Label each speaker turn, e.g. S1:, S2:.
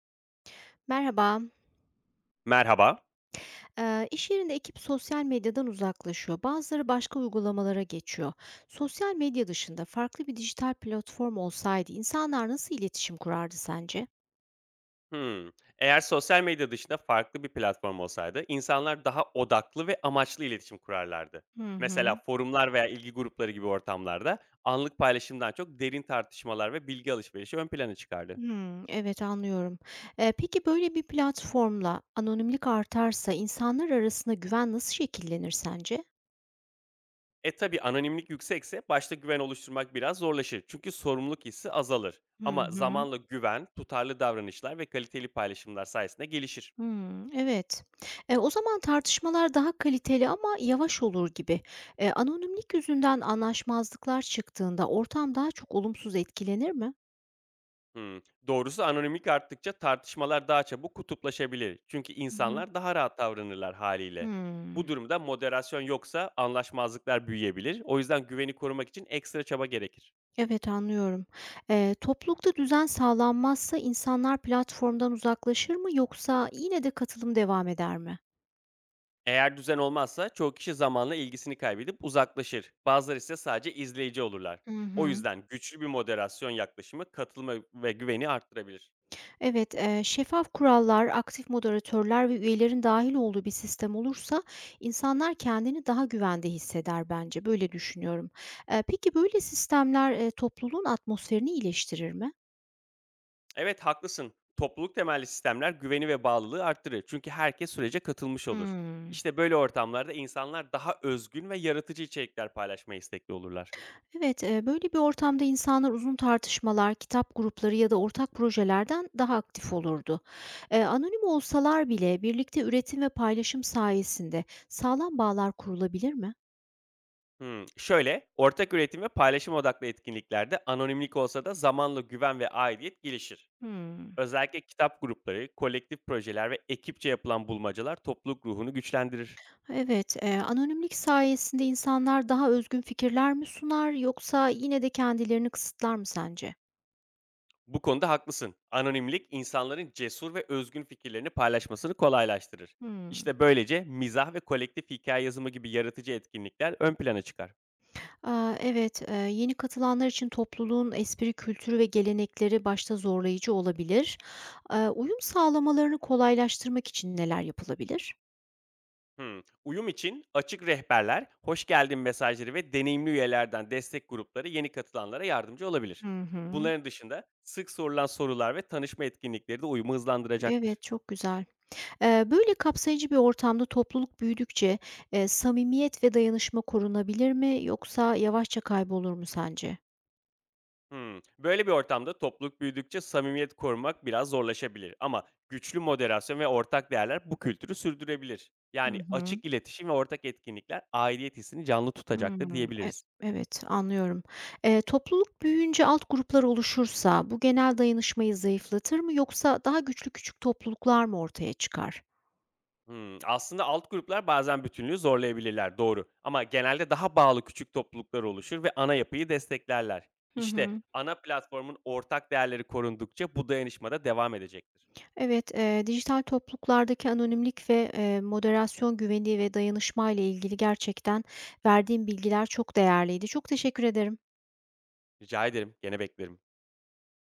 S1: Merhaba.
S2: Merhaba.
S1: İş yerinde ekip sosyal medyadan uzaklaşıyor. Bazıları başka uygulamalara geçiyor. Sosyal medya dışında farklı bir dijital platform olsaydı insanlar nasıl iletişim kurardı sence?
S2: Hımm. Eğer sosyal medya dışında farklı bir platform olsaydı, insanlar daha odaklı ve amaçlı iletişim kurarlardı.
S1: Hı
S2: Mesela
S1: hı.
S2: forumlar veya ilgi grupları gibi ortamlarda anlık paylaşımdan çok derin tartışmalar ve bilgi alışverişi ön plana çıkardı.
S1: Hmm, evet anlıyorum. Peki böyle bir platformla anonimlik artarsa insanlar arasında güven nasıl şekillenir sence?
S2: E tabi anonimlik yüksekse başta güven oluşturmak biraz zorlaşır çünkü sorumluluk hissi azalır.
S1: Hı
S2: Ama
S1: hı.
S2: zamanla güven, tutarlı davranışlar ve kaliteli paylaşımlar sayesinde gelişir.
S1: Hımm, evet. O zaman tartışmalar daha kaliteli ama yavaş olur gibi. Anonimlik yüzünden anlaşmazlıklar çıktığında ortam daha çok olumsuz etkilenir mi?
S2: Hımm. Doğrusu anonimlik arttıkça tartışmalar daha çabuk kutuplaşabilir. Çünkü
S1: Hı hı.
S2: insanlar daha rahat davranırlar haliyle. Bu
S1: Hımm.
S2: durumda moderasyon yoksa anlaşmazlıklar büyüyebilir. O yüzden güveni korumak için ekstra çaba gerekir.
S1: Evet, anlıyorum. Toplulukta düzen sağlanmazsa insanlar platformdan uzaklaşır mı yoksa yine de katılım devam eder mi?
S2: Eğer düzen olmazsa çoğu kişi zamanla ilgisini kaybedip uzaklaşır. Bazıları ise sadece izleyici olurlar.
S1: Hı
S2: O
S1: hı.
S2: yüzden güçlü bir moderasyon yaklaşımı katılımı ve güveni arttırabilir.
S1: Evet, şeffaf kurallar, aktif moderatörler ve üyelerin dahil olduğu bir sistem olursa insanlar kendini daha güvende hisseder bence. Böyle düşünüyorum. Peki böyle sistemler, topluluğun atmosferini iyileştirir mi?
S2: Evet haklısın. Topluluk temelli sistemler güveni ve bağlılığı arttırır. Çünkü herkes sürece katılmış olur.
S1: Hmm.
S2: İşte böyle ortamlarda insanlar daha özgün ve yaratıcı içerikler paylaşmaya istekli olurlar.
S1: Evet, böyle bir ortamda insanlar uzun tartışmalar, kitap grupları ya da ortak projelerden daha aktif olurdu. Anonim olsalar bile birlikte üretim ve paylaşım sayesinde sağlam bağlar kurulabilir mi?
S2: Hmm, Şöyle, ortak üretim ve paylaşım odaklı etkinliklerde anonimlik olsa da zamanla güven ve aidiyet gelişir.
S1: Hmm.
S2: Özellikle kitap grupları, kolektif projeler ve ekipçe yapılan bulmacalar topluluk ruhunu güçlendirir.
S1: Evet, anonimlik sayesinde insanlar daha özgün fikirler mi sunar yoksa yine de kendilerini kısıtlar mı sence?
S2: Bu konuda haklısın. Anonimlik insanların cesur ve özgün fikirlerini paylaşmasını kolaylaştırır.
S1: Hmm.
S2: İşte böylece mizah ve kolektif hikaye yazımı gibi yaratıcı etkinlikler ön plana çıkar.
S1: Aa, evet, yeni katılanlar için topluluğun espri kültürü ve gelenekleri başta zorlayıcı olabilir. Uyum sağlamalarını kolaylaştırmak için neler yapılabilir?
S2: Hmm. Uyum için açık rehberler, hoş geldin mesajları ve deneyimli üyelerden destek grupları yeni katılanlara yardımcı olabilir.
S1: Hı hı.
S2: Bunların dışında sık sorulan sorular ve tanışma etkinlikleri de uyumu hızlandıracaktır.
S1: Evet, çok güzel. Böyle kapsayıcı bir ortamda topluluk büyüdükçe samimiyet ve dayanışma korunabilir mi yoksa yavaşça kaybolur mu sence?
S2: Hımm. Böyle bir ortamda topluluk büyüdükçe samimiyet korumak biraz zorlaşabilir ama güçlü moderasyon ve ortak değerler bu kültürü sürdürebilir.
S1: Hı
S2: Yani
S1: hı.
S2: açık iletişim ve ortak etkinlikler aidiyet hissini canlı tutacaktır
S1: Hımm.
S2: diyebiliriz.
S1: Evet, anlıyorum. Topluluk büyüyünce alt gruplar oluşursa bu genel dayanışmayı zayıflatır mı yoksa daha güçlü küçük topluluklar mı ortaya çıkar?
S2: Hımm. Aslında alt gruplar bazen bütünlüğü zorlayabilirler, doğru. Ama genelde daha bağlı küçük topluluklar oluşur ve ana yapıyı desteklerler.
S1: Hı
S2: İşte
S1: hı.
S2: ana platformun ortak değerleri korundukça bu dayanışma da devam edecektir.
S1: Evet, dijital topluluklardaki anonimlik ve, moderasyon güveni ve dayanışmayla ilgili gerçekten verdiğin bilgiler çok değerliydi. Çok teşekkür ederim.
S2: Rica ederim, gene beklerim.